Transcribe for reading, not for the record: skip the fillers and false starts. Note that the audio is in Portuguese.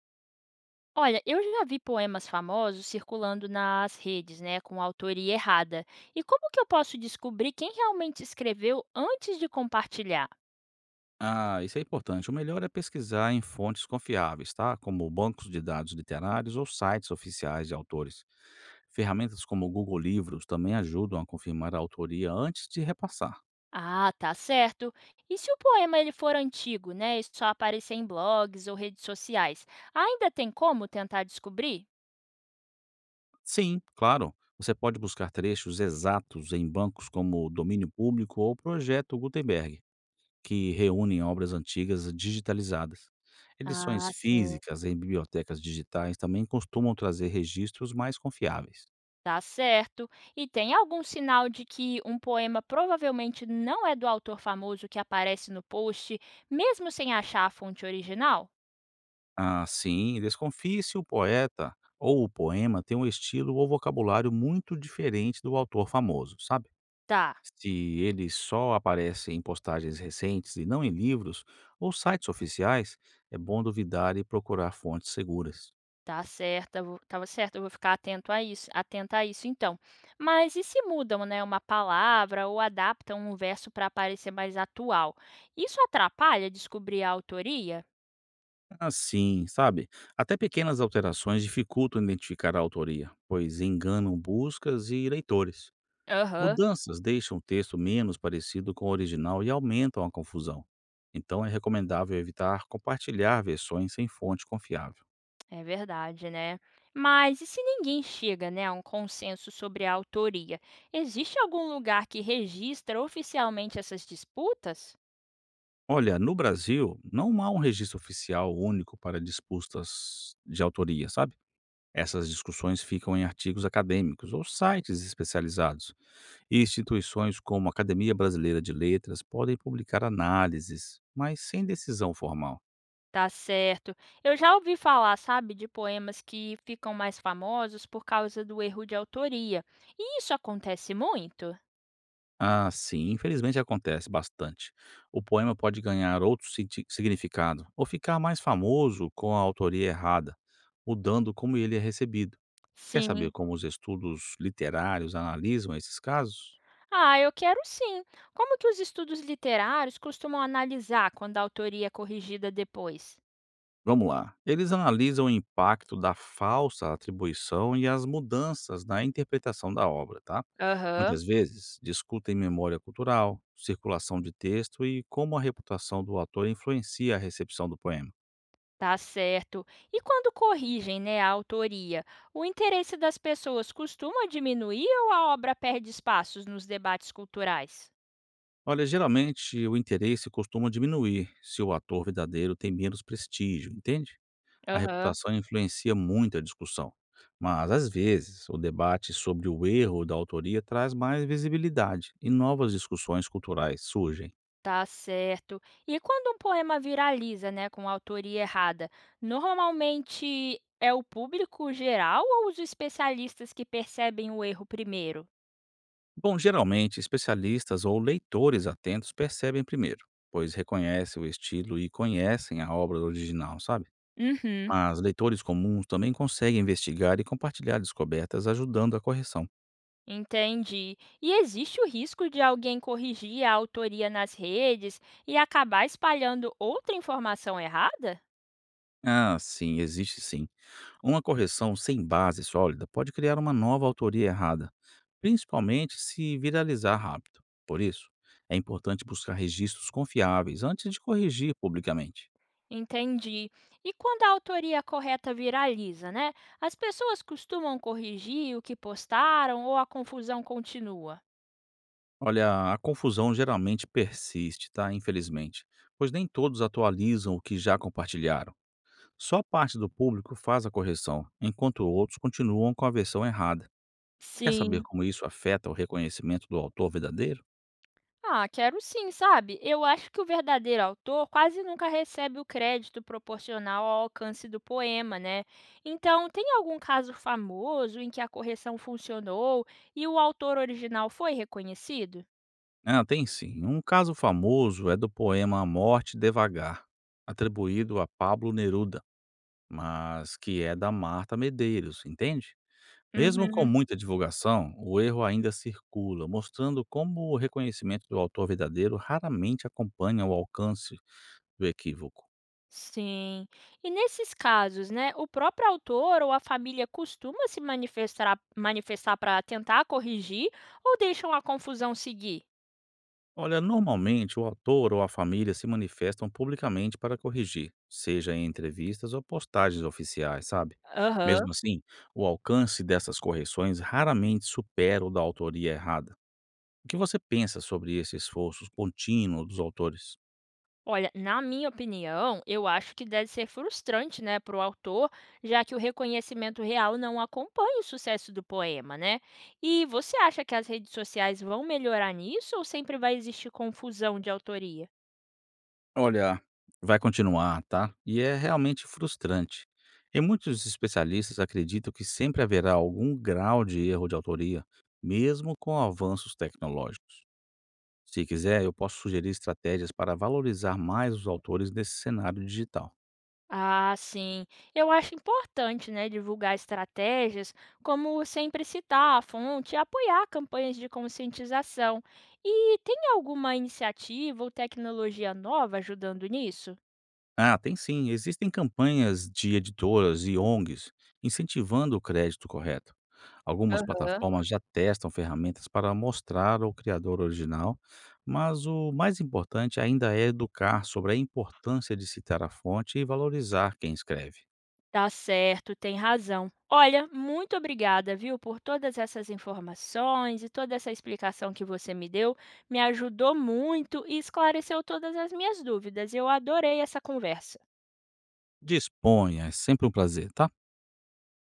Olha, eu já vi poemas famosos circulando nas redes, né, com autoria errada. E como que eu posso descobrir quem realmente escreveu antes de compartilhar? Ah, isso é importante. O melhor é pesquisar em fontes confiáveis, tá? Como bancos de dados literários ou sites oficiais de autores. Ferramentas como o Google Livros também ajudam a confirmar a autoria antes de repassar. Ah, tá certo. E se o poema ele for antigo, né, e só aparecer em blogs ou redes sociais, ainda tem como tentar descobrir? Sim, claro, você pode buscar trechos exatos em bancos como o Domínio Público ou o Projeto Gutenberg, que reúnem obras antigas digitalizadas. Edições Ah, sim. físicas em bibliotecas digitais também costumam trazer registros mais confiáveis. Tá certo. E tem algum sinal de que um poema provavelmente não é do autor famoso que aparece no post, mesmo sem achar a fonte original? Assim, desconfie se o poeta ou o poema tem um estilo ou vocabulário muito diferente do autor famoso, sabe? Tá. Se ele só aparece em postagens recentes e não em livros ou sites oficiais, é bom duvidar e procurar fontes seguras. Tá certa, eu vou Estava certa, eu vou ficar atento a isso atenta a isso então. Mas e se mudam, né, uma palavra ou adaptam um verso para parecer mais atual? Isso atrapalha descobrir a autoria? Assim, sabe? Até pequenas alterações dificultam identificar a autoria, pois enganam buscas e leitores. Aham. Mudanças deixam o texto menos parecido com o original e aumentam a confusão. Então é recomendável evitar compartilhar versões sem fonte confiável. É verdade, né. Mas e se ninguém chega, né, a um consenso sobre a autoria? Existe algum lugar que registra oficialmente essas disputas? Olha, no Brasil, não há um registro oficial único para disputas de autoria, sabe? Essas discussões ficam em artigos acadêmicos ou sites especializados. E instituições como a Academia Brasileira de Letras podem publicar análises, mas sem decisão formal. Tá certo. Eu já ouvi falar, sabe, de poemas que ficam mais famosos por causa do erro de autoria. E isso acontece muito? Ah, sim, infelizmente acontece bastante. O poema pode ganhar outro significado ou ficar mais famoso com a autoria errada, mudando como ele é recebido. Quer saber Sim. como os estudos literários analisam esses casos? Ah, eu quero sim. Como que os estudos literários costumam analisar quando a autoria é corrigida depois? Vamos lá. Eles analisam o impacto da falsa atribuição e as mudanças na interpretação da obra, tá? Aham, Muitas vezes discutem memória cultural, circulação de texto e como a reputação do autor influencia a recepção do poema. tá certo. E quando corrigem, né, a autoria, o interesse das pessoas costuma diminuir ou a obra perde espaços nos debates culturais? Olha, geralmente o interesse costuma diminuir se o ator verdadeiro tem menos prestígio, entende? A Aham. reputação influencia muito a discussão, mas às vezes o debate sobre o erro da autoria traz mais visibilidade e novas discussões culturais surgem. Tá certo. E quando um poema viraliza, né, com autoria errada, normalmente é o público geral ou os especialistas que percebem o erro primeiro? Bom, geralmente especialistas ou leitores atentos percebem primeiro, pois reconhecem o estilo e conhecem a obra original, sabe? Uhum, Mas leitores comuns também conseguem investigar e compartilhar descobertas, ajudando a correção. entendi. E existe o risco de alguém corrigir a autoria nas redes e acabar espalhando outra informação errada? Ah, sim, existe sim. Uma correção sem base sólida pode criar uma nova autoria errada, principalmente se viralizar rápido. Por isso, é importante buscar registros confiáveis antes de corrigir publicamente. Entendi. E quando a autoria correta viraliza, né? As pessoas costumam corrigir o que postaram ou a confusão continua? Olha, a confusão geralmente persiste, tá? Infelizmente, pois nem todos atualizam o que já compartilharam. Só parte do público faz a correção, enquanto outros continuam com a versão errada. Quer saber Sim. como isso afeta o reconhecimento do autor verdadeiro? Ah, quero sim, sabe? Eu acho que o verdadeiro autor quase nunca recebe o crédito proporcional ao alcance do poema, né? Então, tem algum caso famoso em que a correção funcionou e o autor original foi reconhecido? Ah, tem sim. Um caso famoso é do poema A Morte Devagar, atribuído a Pablo Neruda, mas que é da Marta Medeiros, entende? Mesmo com Uhum. muita divulgação, o erro ainda circula, mostrando como o reconhecimento do autor verdadeiro raramente acompanha o alcance do equívoco. Sim. E nesses casos, né, o próprio autor ou a família costuma se manifestar manifestar para tentar corrigir ou deixam a confusão seguir? Olha, normalmente o autor ou a família se manifestam publicamente para corrigir, seja em entrevistas ou postagens oficiais, sabe? Aham. Mesmo assim, o alcance dessas correções raramente supera o da autoria errada. O que você pensa sobre esse esforço contínuo dos autores? Olha, na minha opinião, eu acho que deve ser frustrante, né, para o autor, já que o reconhecimento real não acompanha o sucesso do poema, né? E você acha que as redes sociais vão melhorar nisso ou sempre vai existir confusão de autoria? Olha, vai continuar, tá? E é realmente frustrante. E muitos especialistas acreditam que sempre haverá algum grau de erro de autoria, mesmo com avanços tecnológicos. Se quiser, eu posso sugerir estratégias para valorizar mais os autores nesse cenário digital. Ah, sim. Eu acho importante, né, divulgar estratégias, como sempre citar a fonte e apoiar campanhas de conscientização. E tem alguma iniciativa ou tecnologia nova ajudando nisso? Ah, tem sim. Existem campanhas de editoras e ONGs incentivando o crédito correto. Algumas Aham. plataformas já testam ferramentas para mostrar o criador original, mas o mais importante ainda é educar sobre a importância de citar a fonte e valorizar quem escreve. Tá certo, tem razão. Olha, muito obrigada, viu, por todas essas informações e toda essa explicação que você me deu. Me ajudou muito e esclareceu todas as minhas dúvidas. Eu adorei essa conversa. Disponha, é sempre um prazer, tá?